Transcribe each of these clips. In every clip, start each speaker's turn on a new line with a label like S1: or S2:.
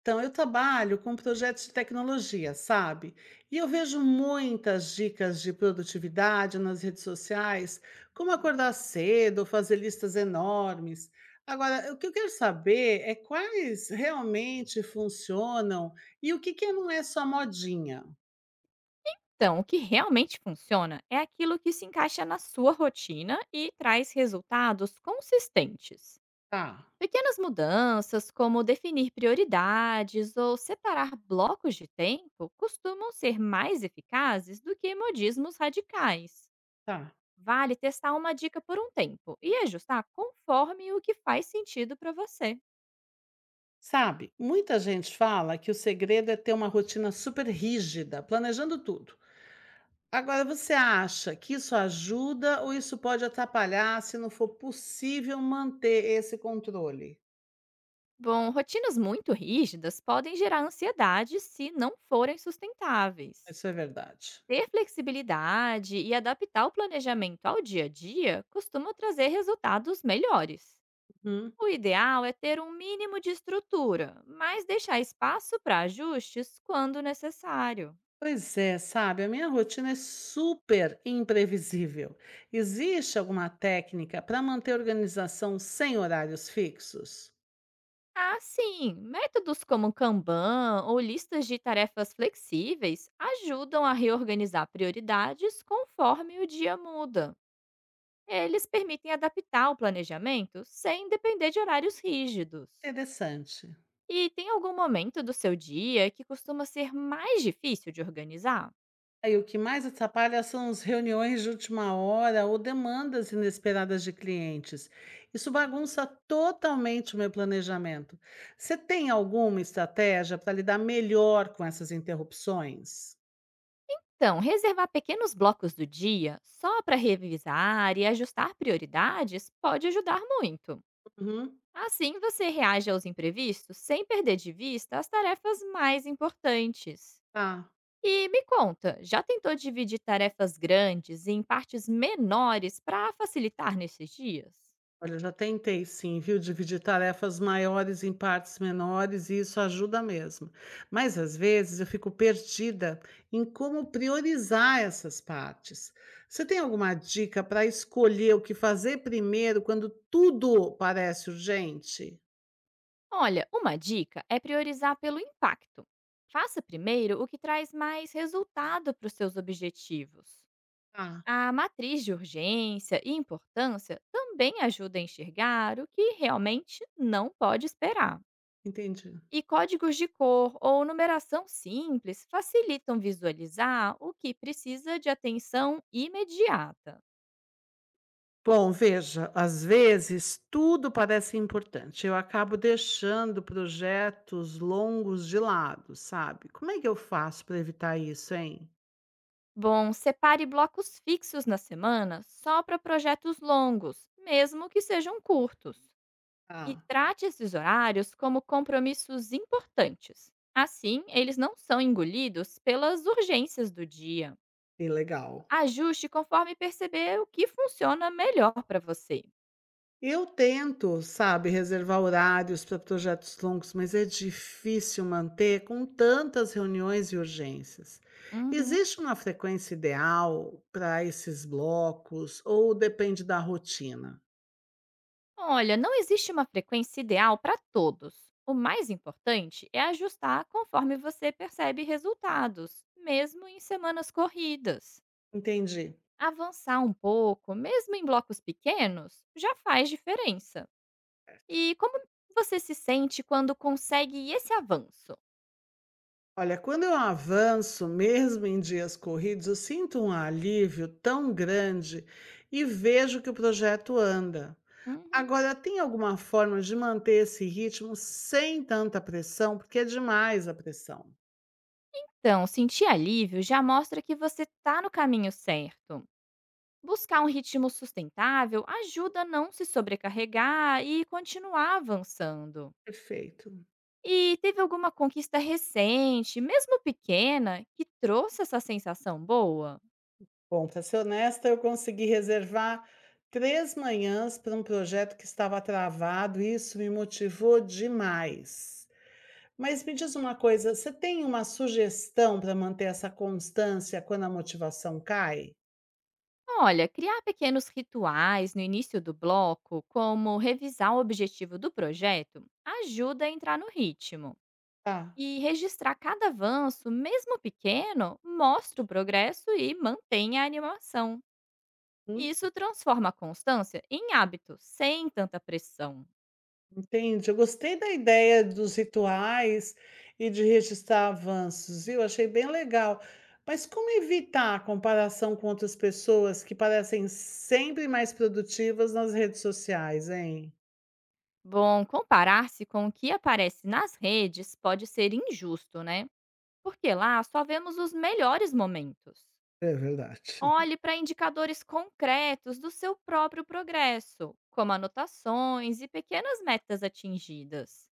S1: Então, eu trabalho com projetos de tecnologia, sabe? E eu vejo muitas dicas de produtividade nas redes sociais, como acordar cedo, ou fazer listas enormes. Agora, o que eu quero saber é quais realmente funcionam e o que que não é só modinha.
S2: Então, o que realmente funciona é aquilo que se encaixa na sua rotina e traz resultados consistentes.
S1: Tá,
S2: Pequenas mudanças, como definir prioridades ou separar blocos de tempo, costumam ser mais eficazes do que modismos radicais.
S1: tá.
S2: Vale testar uma dica por um tempo e ajustar conforme o que faz sentido para você.
S1: Sabe, muita gente fala que o segredo é ter uma rotina super rígida, planejando tudo. Agora, você acha que isso ajuda ou isso pode atrapalhar se não for possível manter esse controle?
S2: Bom, rotinas muito rígidas podem gerar ansiedade se não forem sustentáveis.
S1: Isso é verdade.
S2: Ter flexibilidade e adaptar o planejamento ao dia a dia costuma trazer resultados melhores.
S1: Uhum.
S2: O ideal é ter um mínimo de estrutura, mas deixar espaço para ajustes quando necessário.
S1: Pois é, sabe, a minha rotina é super imprevisível. Existe alguma técnica para manter a organização sem horários fixos?
S2: Ah, sim! Métodos como Kanban ou listas de tarefas flexíveis ajudam a reorganizar prioridades conforme o dia muda. Eles permitem adaptar o planejamento sem depender de horários rígidos.
S1: Interessante.
S2: E tem algum momento do seu dia que costuma ser mais difícil de organizar?
S1: E o que mais atrapalha são as reuniões de última hora ou demandas inesperadas de clientes. Isso bagunça totalmente o meu planejamento. Você tem alguma estratégia para lidar melhor com essas interrupções?
S2: Então, reservar pequenos blocos do dia só para revisar e ajustar prioridades pode ajudar muito.
S1: Uhum,
S2: Assim, você reage aos imprevistos sem perder de vista as tarefas mais importantes.
S1: tá.
S2: E me conta, já tentou dividir tarefas grandes em partes menores para facilitar nesses dias?
S1: Olha, eu já tentei sim, viu, dividir tarefas maiores em partes menores e isso ajuda mesmo. Mas às vezes eu fico perdida em como priorizar essas partes. Você tem alguma dica para escolher o que fazer primeiro quando tudo parece urgente?
S2: Olha, uma dica é priorizar pelo impacto. Faça primeiro o que traz mais resultado para os seus objetivos.
S1: Ah,
S2: A matriz de urgência e importância também ajuda a enxergar o que realmente não pode esperar.
S1: entendi.
S2: E códigos de cor ou numeração simples facilitam visualizar o que precisa de atenção imediata.
S1: Bom, veja, às vezes tudo parece importante. Eu acabo deixando projetos longos de lado, sabe? Como é que eu faço para evitar isso, hein?
S2: Bom, separe blocos fixos na semana só para projetos longos, mesmo que sejam curtos. E
S1: Ah.
S2: trate esses horários como compromissos importantes. Assim, eles não são engolidos pelas urgências do dia.
S1: Sim, legal.
S2: Ajuste conforme perceber o que funciona melhor para você.
S1: Eu tento, sabe, reservar horários para projetos longos, mas é difícil manter com tantas reuniões e urgências.
S2: Uhum.
S1: Existe uma frequência ideal para esses blocos ou depende da rotina?
S2: Olha, não existe uma frequência ideal para todos. O mais importante é ajustar conforme você percebe resultados, mesmo em semanas corridas.
S1: Entendi.
S2: Avançar um pouco, mesmo em blocos pequenos, já faz diferença. E como você se sente quando consegue esse avanço?
S1: Olha, quando eu avanço, mesmo em dias corridos, eu sinto um alívio tão grande e vejo que o projeto anda.
S2: Uhum.
S1: Agora, tem alguma forma de manter esse ritmo sem tanta pressão? Porque é demais a pressão.
S2: Então, sentir alívio já mostra que você está no caminho certo. Buscar um ritmo sustentável ajuda a não se sobrecarregar e continuar avançando.
S1: Perfeito.
S2: E teve alguma conquista recente, mesmo pequena, que trouxe essa sensação boa?
S1: Bom, para ser honesta, eu consegui reservar 3 manhãs para um projeto que estava travado e isso me motivou demais. Mas me diz uma coisa, você tem uma sugestão para manter essa constância quando a motivação cai?
S2: Olha, criar pequenos rituais no início do bloco, como revisar o objetivo do projeto, ajuda a entrar no ritmo.
S1: Tá.
S2: E registrar cada avanço, mesmo pequeno, mostra o progresso e mantém a animação.
S1: Hum?
S2: Isso transforma a constância em hábito, sem tanta pressão.
S1: Entendi. Eu gostei da ideia dos rituais e de registrar avanços, viu? Achei bem legal. Mas como evitar a comparação com outras pessoas que parecem sempre mais produtivas nas redes sociais, hein?
S2: Bom, comparar-se com o que aparece nas redes pode ser injusto, né? Porque lá só vemos os melhores momentos.
S1: É verdade.
S2: Olhe para indicadores concretos do seu próprio progresso, como anotações e pequenas metas atingidas.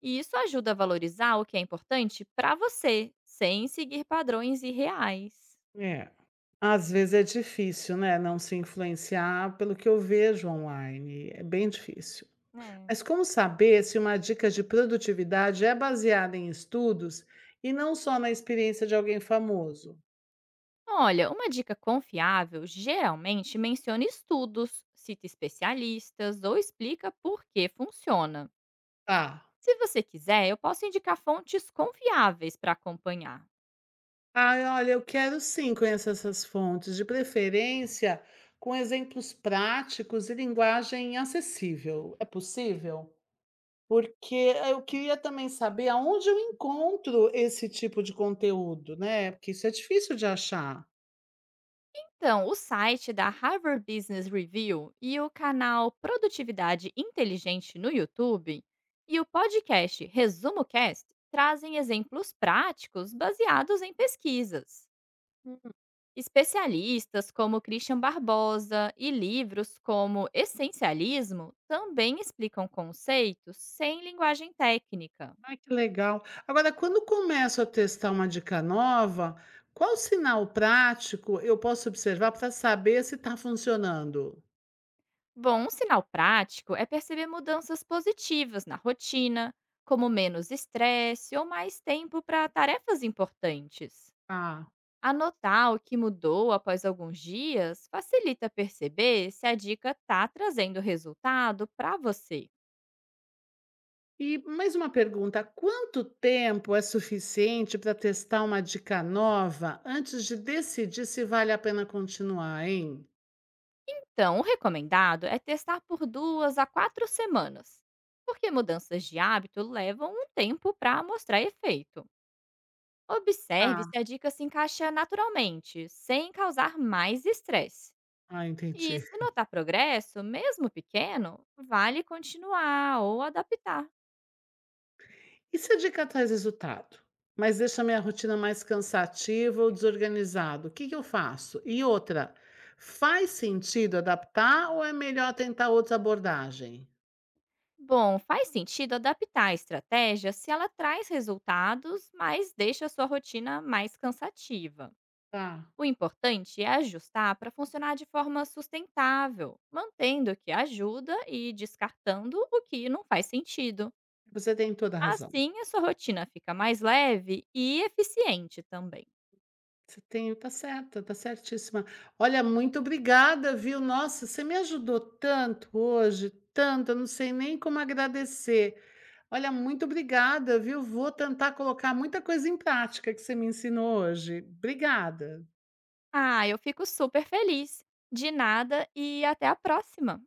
S2: E isso ajuda a valorizar o que é importante para você, sem seguir padrões irreais.
S1: É. Às vezes é difícil, né? Não se influenciar pelo que eu vejo online. É bem difícil.
S2: Né?
S1: Mas como saber se uma dica de produtividade é baseada em estudos e não só na experiência de alguém famoso?
S2: Olha, uma dica confiável geralmente menciona estudos, cita especialistas ou explica por que funciona.
S1: Tá.
S2: Se você quiser, eu posso indicar fontes confiáveis para acompanhar.
S1: Ai, olha, eu quero sim conhecer essas fontes, de preferência com exemplos práticos e linguagem acessível. É possível? Porque eu queria também saber aonde eu encontro esse tipo de conteúdo, né? Porque isso é difícil de achar.
S2: Então, o site da Harvard Business Review e o canal Produtividade Inteligente no YouTube e o podcast Resumo Cast trazem exemplos práticos baseados em pesquisas. Especialistas como Christian Barbosa e livros como Essencialismo também explicam conceitos sem linguagem técnica.
S1: Ai, que legal. Agora, quando começo a testar uma dica nova, qual sinal prático eu posso observar para saber se está funcionando?
S2: Bom, um sinal prático é perceber mudanças positivas na rotina, como menos estresse ou mais tempo para tarefas importantes.
S1: Tá.
S2: Anotar o que mudou após alguns dias facilita perceber se a dica está trazendo resultado para você.
S1: E mais uma pergunta: quanto tempo é suficiente para testar uma dica nova antes de decidir se vale a pena continuar, hein?
S2: Então, o recomendado é testar por duas a quatro semanas, porque mudanças de hábito levam um tempo para mostrar efeito. Observe
S1: Ah,
S2: se a dica se encaixa naturalmente, sem causar mais estresse.
S1: ah,
S2: E
S1: entendi.
S2: se notar progresso, mesmo pequeno, vale continuar ou adaptar.
S1: E se a dica traz resultado, mas deixa a minha rotina mais cansativa ou desorganizada, o que que eu faço? E outra, faz sentido adaptar ou é melhor tentar outra abordagem?
S2: Bom, faz sentido adaptar a estratégia se ela traz resultados, mas deixa a sua rotina mais cansativa.
S1: Tá,
S2: O importante é ajustar para funcionar de forma sustentável, mantendo o que ajuda e descartando o que não faz sentido.
S1: você tem toda a razão.
S2: Assim, a sua rotina fica mais leve e eficiente também.
S1: Você tem tá certíssima. Olha, muito obrigada, viu. Nossa, você me ajudou tanto hoje, tanto, eu não sei nem como agradecer. Olha, muito obrigada, viu. Vou tentar colocar muita coisa em prática que você me ensinou hoje. Obrigada.
S2: Ah, eu fico super feliz! De nada e até a próxima!